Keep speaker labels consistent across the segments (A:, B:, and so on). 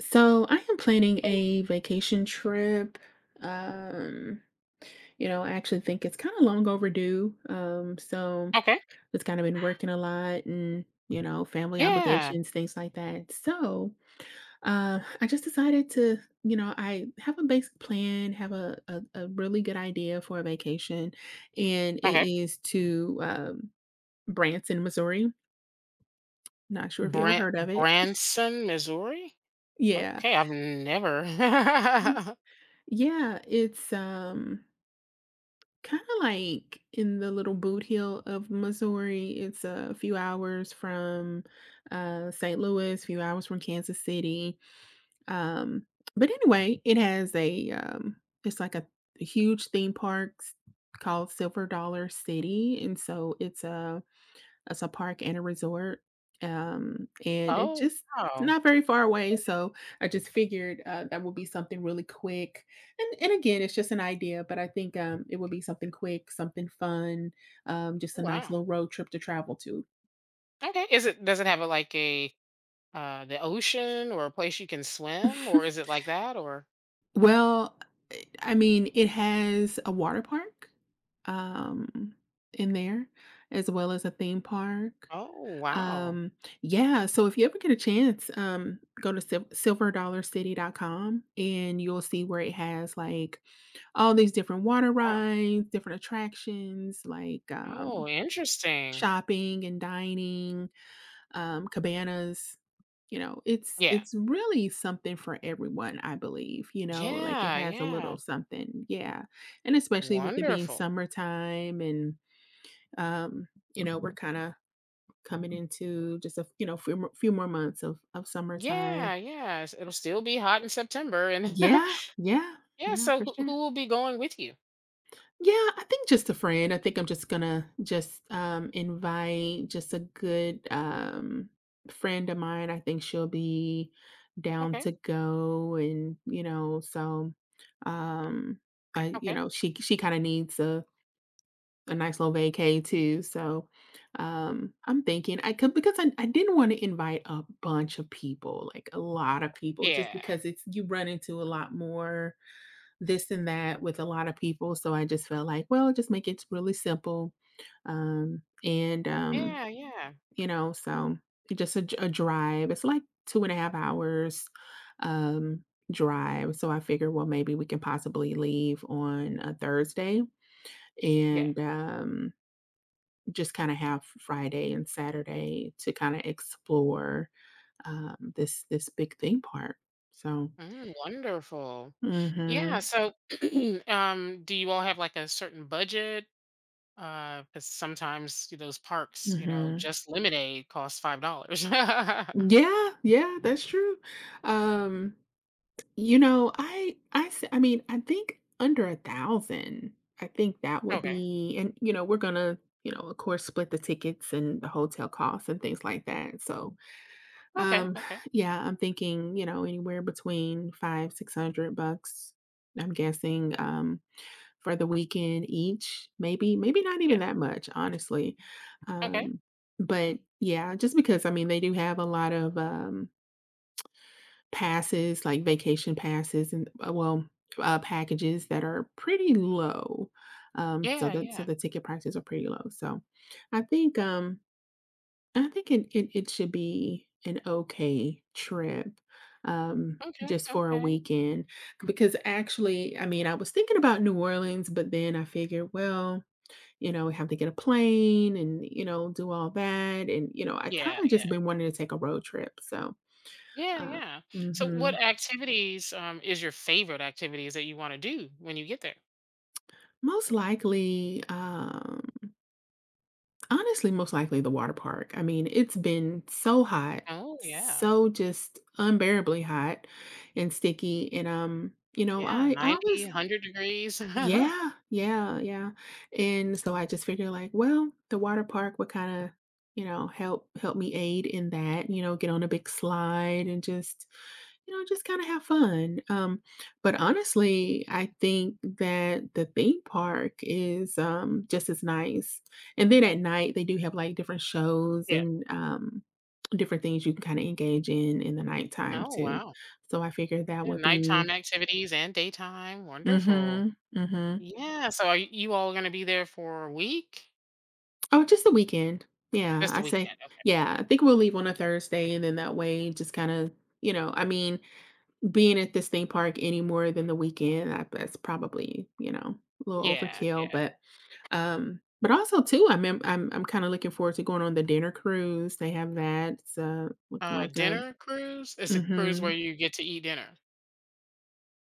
A: So I am planning a vacation trip. Um, I actually think it's kind of long overdue. So
B: Okay.
A: it's kind of been working a lot and, you know, family
B: Yeah.
A: obligations, things like that. So I just decided to, you know, I have a basic plan, have a really good idea for a vacation, and it
B: Okay.
A: is to Branson, Missouri. Not sure if you ever
B: Bran
A: heard of it.
B: Branson, Missouri?
A: Yeah.
B: Okay, I've never
A: Yeah, it's Kinda like in the Little Boot Heel of Missouri, it's a few hours from, St. Louis, few hours from Kansas City, um, but anyway, it's like a huge theme park s called Silver Dollar City, and it's a park and a resort, and
B: Oh,
A: it's
B: wow.
A: not very far away, so I just figured, that would be something really quick, and again, it's just an idea, but I think, it would be something quick, something fun, just
B: Oh,
A: a nice
B: wow.
A: little road trip to travel to.
B: Okay. Is it does it have a like a the ocean or a place you can swim or is it like that or
A: Well, I mean, it has a water park, um, in there, as well as a theme park.
B: Oh, wow.
A: Um, yeah, so if you ever get a chance, go to silverdollarcity.com, and you'll see where it has, like, all these different water
B: Wow.
A: rides, different attractions, like,
B: Oh, interesting.
A: shopping and dining, cabanas. You know, it's
B: Yeah.
A: it's really something for everyone, I believe, you know, like, it
B: Yeah,
A: has a
B: yeah.
A: little something, yeah, and especially with it being
B: Wonderful.
A: summertime and, um, you know, we're kinda coming into just a, you know, few more months of summertime.
B: Yeah, yeah. s- It'll still be hot in September and
A: Yeah, yeah,
B: yeah,
A: yeah,
B: so
A: for
B: who,
A: sure.
B: who will be going with you?
A: Yeah, I think just a friend. I think I'm just gonna just, invite just a good, friend of mine. I think she'll be down
B: Okay.
A: to go and, you know, so, um, I you
B: Okay.
A: know, she kinda needs a nice little vacay too, so, I'm thinking I could, because I didn't wanna invite a bunch of people, like, a lot of people, just
B: Yeah.
A: because it's you run into a lot more this and that with a lot of people, so I just felt like, well, just make it really simple, um, and, um,
B: Yeah, yeah.
A: you know, so just a drive. It's like 2.5 hours, um, drive, so I figured, well, maybe we can possibly leave on a Thursday
B: Yeah.
A: and, just kind of have Friday and Saturday to kind of explore this big thing part. So,
B: Mm, wonderful.
A: hmm
B: Yeah, so do you all have like a certain budget? Because sometimes those parks, you know,
A: hmm
B: just lemonade costs $5.
A: yeah, yeah, that's true. Um, you know, I mean, I think under a thousand, I think that would
B: Okay.
A: be, and you know, we're gonna, you know, of course, split the tickets and the hotel costs and things like that. So,
B: Okay.
A: um,
B: Okay.
A: yeah, I'm thinking, you know, anywhere between five, $600. I'm guessing. For the weekend each, maybe maybe not
B: Yeah.
A: even that much, honestly.
B: Okay.
A: Um, but yeah, just because I mean they do have a lot of passes, like vacation passes, and packages that are pretty low. So
B: Yeah.
A: that so
B: Yeah.
A: the ticket prices are pretty low. So I think um, I think it it should be an okay trip.
B: Okay.
A: Just for a
B: Okay.
A: weekend, because actually I mean I was thinking about New Orleans, but then I figured, well, you know, we have to get a plane and, you know, do all that, and, you know, I
B: Yeah.
A: kinda
B: Yeah.
A: just been wanting to take a road trip, so,
B: Yeah.
A: uh
B: Yeah. So, what
A: mhm.
B: activities is your favorite activities that you want to do when you get there?
A: Most likely, honestly, most likely the water park. I mean, it's been so hot,
B: Oh, yeah.
A: so just unbearably hot and sticky, and, you know,
B: Yeah.
A: I
B: 90,
A: always
B: 100 degrees.
A: yeah, yeah, yeah. And so I just figured like, well, the water park would kind of, you know, help me aid in that, you know, get on a big slide and just, you know, just kind of have fun. But honestly, I think that the theme park is just as nice. And then at night they do have like different shows,
B: Yeah.
A: and different things you can kind of engage in the nighttime
B: Oh,
A: too.
B: wow.
A: So I figured that
B: Yeah,
A: would be
B: nighttime activities and daytime, wonderful.
A: mm-hmm, mm-hmm.
B: Yeah, so are y- you all gonna be there for a week?
A: Oh, just the weekend. Yeah,
B: Just
A: I
B: the
A: say,
B: weekend, okay.
A: yeah, I think we'll leave on a Thursday and then that way just kind of, you know, I mean, being at this theme park any more than the weekend, I, that's probably, you know, a little
B: Yeah,
A: overkill,
B: yeah.
A: but also too, I'm kind of looking forward to going on the dinner cruise. They have that. It's look like a
B: Dinner cruise? It's a cruise where
A: mhm.
B: you get to eat dinner.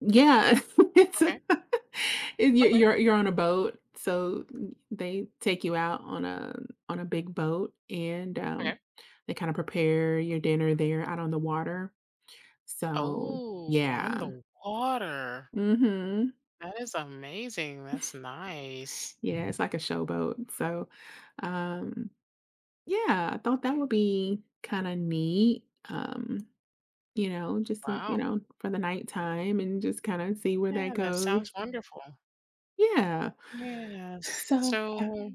A: Yeah, it's
B: Okay,
A: if you
B: okay,
A: you're on a boat, so they take you out on a big boat, and,
B: okay.
A: they kinda prepare your dinner there out on the water. So,
B: Oh, on
A: yeah.
B: the water.
A: Mhm.
B: That is amazing, that's nice.
A: Yeah, it's like a showboat, so, um, yeah, I thought that would be kinda neat, you know, just to you
B: Wow.
A: know, for the nighttime and just kinda see where
B: Yeah,
A: that
B: that sounds
A: goes.
B: wonderful.
A: Yeah.
B: Yes,
A: So,
B: so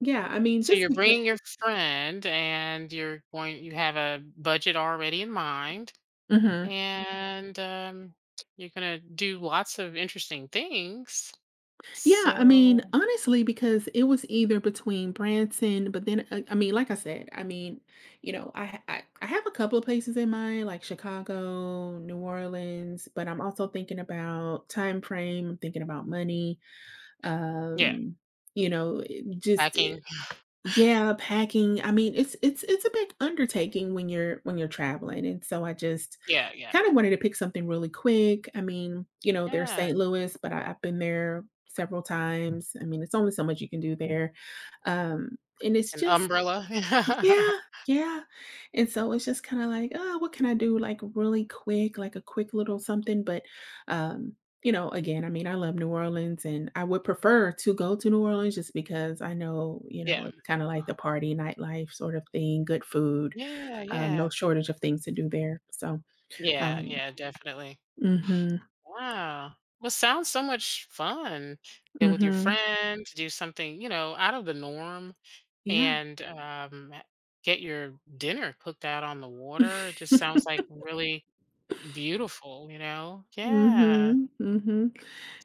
A: yeah, I mean,
B: so
A: just
B: you're
A: because.
B: bringing your friend and you're going you have a budget already in mind,
A: Mhm.
B: and you're gonna do lots of interesting things.
A: Yeah, I
B: So
A: mean, honestly, because it was either between Branson, but then I mean, like I said, I mean, you know, I have a couple of places in mind, like Chicago, New Orleans, but I'm also thinking about time frame. I'm thinking about money.
B: yeah,
A: Um, you know, it- just
B: packing.
A: yeah, packing, I mean, it's a big undertaking when you're traveling, and so I just
B: Yeah, yeah,
A: kinda wanted to pick something really quick. I mean, you know, there's
B: yeah.
A: St.
B: and-
A: Louis, but I've been there several times. I mean, it's only so much you can do there.
B: and
A: Um, and it's
B: An
A: just
B: umbrella. Yeah,
A: yeah, yeah, and so it's just kinda like, "Oh, what can I do, like, really quick?" Like a quick little something, but, um, you know, again, I mean, I love New Orleans, and I would prefer to go to New Orleans just because I know, you know, it's kinda like the party nightlife sort of thing, good food,
B: yeah,
A: no
B: yeah,
A: shortage of things to do there, so,
B: yeah,
A: um
B: yeah. Definitely.
A: mhm,
B: Wow. Well, sounds so much fun. Go with your
A: mhm,
B: friend do something, you know, out of the norm,
A: yeah.
B: and get your dinner cooked out on the water. It just sounds like really beautiful, you know? Yeah.
A: Mhm, mhm.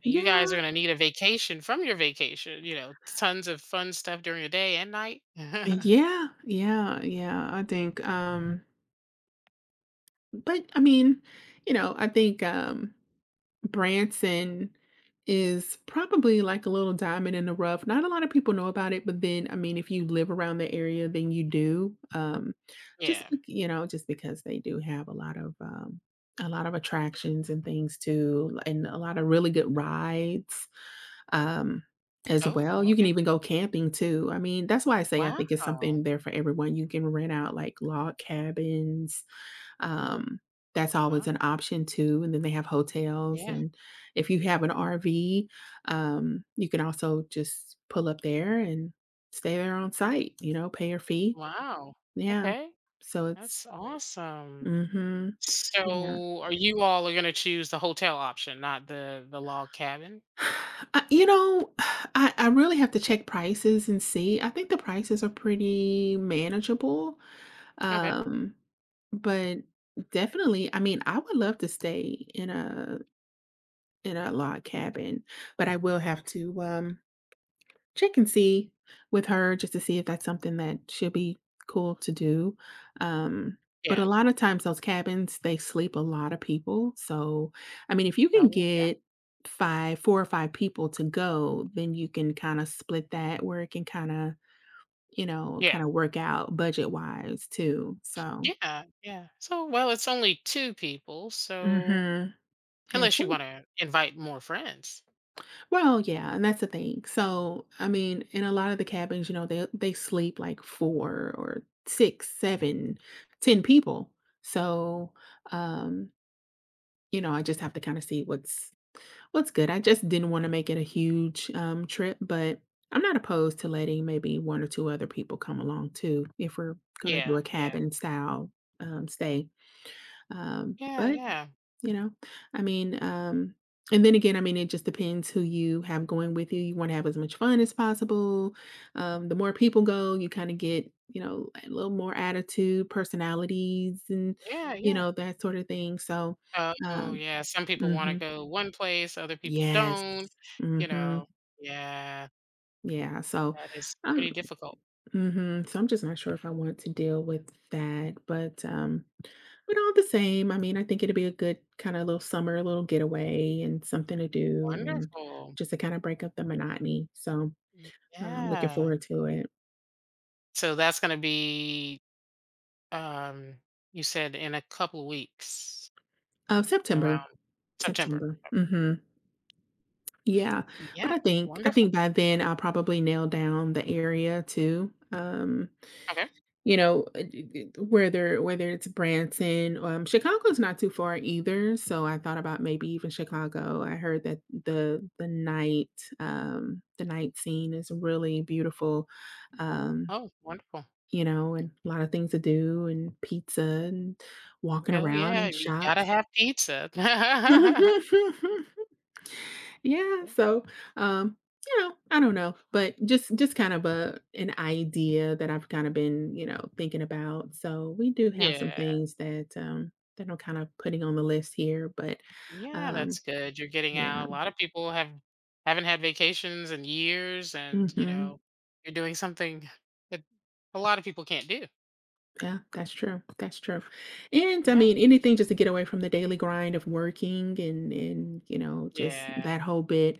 B: You guys are
A: Yeah,
B: gonna need a vacation from your vacation, you know, tons of fun stuff during the day and night.
A: yeah, yeah, yeah, I think, but I mean, you know, I think Branson is probably like a little diamond in the rough. Not a lot of people know about it, but then I mean, if you live around the area, then you do. Just
B: Yeah.
A: you know, just because they do have a lot of attractions and things too, and a lot of really good rides um as
B: Oh,
A: well.
B: well,
A: You can
B: okay.
A: even go camping too. I mean, that's why I say I think it's
B: Wow.
A: something there for everyone. You can rent out like log cabins, um, that's always
B: Wow.
A: an option too, and then they have hotels,
B: Yeah.
A: and if you have an RV, you can also just pull up there and stay there on site, you know, pay your fee.
B: Wow.
A: Yeah.
B: Okay.
A: So it's
B: That's awesome.
A: mhm, yeah.
B: So are you all are gonna choose the hotel option, not the log cabin?
A: I you know, I really have to check prices and see. I think the prices are pretty manageable,
B: Okay.
A: um, but definitely, I mean, I would love to stay in a log cabin, but I will have to, check and see with her just to see if that's something that should be cool to do. Um, but a
B: Yeah.
A: lot of times those cabins, they sleep a lot of people. So, I mean, if you can
B: Oh, yeah.
A: get 5 4 or 5 people to go, then you can kinda split that where it can kinda, you know,
B: Yeah.
A: kinda work out budget-wise too, so
B: Yeah. Yeah. So, well, it's only 2 people, so
A: mhm, and
B: unless
A: so,
B: you wanna invite more friends.
A: well, yeah, and that's the thing. So, I mean, in a lot of the cabins, you know, they sleep like four or six, seven, 10 people. So, um, you know, I just have to kind of see what's good. I just didn't want to make it a huge trip, but I'm not opposed to letting maybe one or two other people come along too if we're gonna do
B: Yeah.
A: a
B: Yeah.
A: cabin style stay.
B: Yeah,
A: But
B: yeah.
A: you know? I mean, and then again, I mean, it just depends who you have going with you. You want to have as much fun as possible. The more people go, you kind of get, you know, a little more attitude, personalities, and
B: Yeah,
A: you
B: yeah.
A: know that sort of thing. So,
B: Oh, oh,
A: um,
B: yeah, some people wanna
A: mhm.
B: go one place, other people
A: Yes,
B: don't, you
A: hmm
B: know. Yeah,
A: yeah. So,
B: that is
A: um,
B: pretty difficult.
A: so I'm just not sure if I want to deal with that. But all the same, I mean, I think it'd be a good kind of little summer, little getaway and something to do and
B: Wonderful.
A: just to kind of break up the monotony. So I'm looking
B: Yeah.
A: forward to it.
B: So that's gonna be, um, you said in a couple of weeks, in around
A: September.
B: September.
A: September. Hmm. Yeah. But
B: Yeah,
A: I think I
B: wonderful.
A: think by then I'll probably nail down the area too.
B: Okay.
A: You know, whether it's Branson, Chicago's not too far either. So I thought about maybe even Chicago. I heard that the night the night scene is really beautiful. Um,
B: Oh, wonderful.
A: you know, and a lot of things to do and pizza and walking
B: Oh,
A: around
B: yeah,
A: and
B: we gotta
A: shops.
B: have pizza.
A: Yeah, so, um, you know, I don't know, but just kind of a an idea that I've kinda been, you know, thinking about. So, we do have some
B: Yeah.
A: things that, that I'm kind of putting on the list here, but,
B: Yeah, that's
A: um,
B: good. You're getting
A: yeah.
B: out. A lot of people have haven't had vacations in years, and you
A: Mhm.
B: know, you're doing something that a lot of people can't do.
A: Yeah, that's true, that's true. And, I
B: Yeah,
A: mean, anything just to get away from the daily grind of working and, you know, just
B: yeah,
A: that whole bit.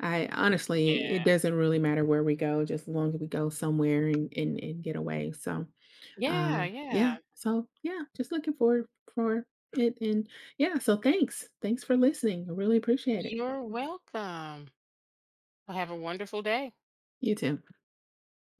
A: I honestly, it
B: yeah,
A: doesn't really matter where we go, just as long as we go somewhere and, and get away. So,
B: yeah,
A: yeah.
B: yeah.
A: So, yeah, just looking forward for it. And yeah, so thanks. Thanks for listening. I really appreciate it.
B: You're welcome. Well, have a wonderful day.
A: You too.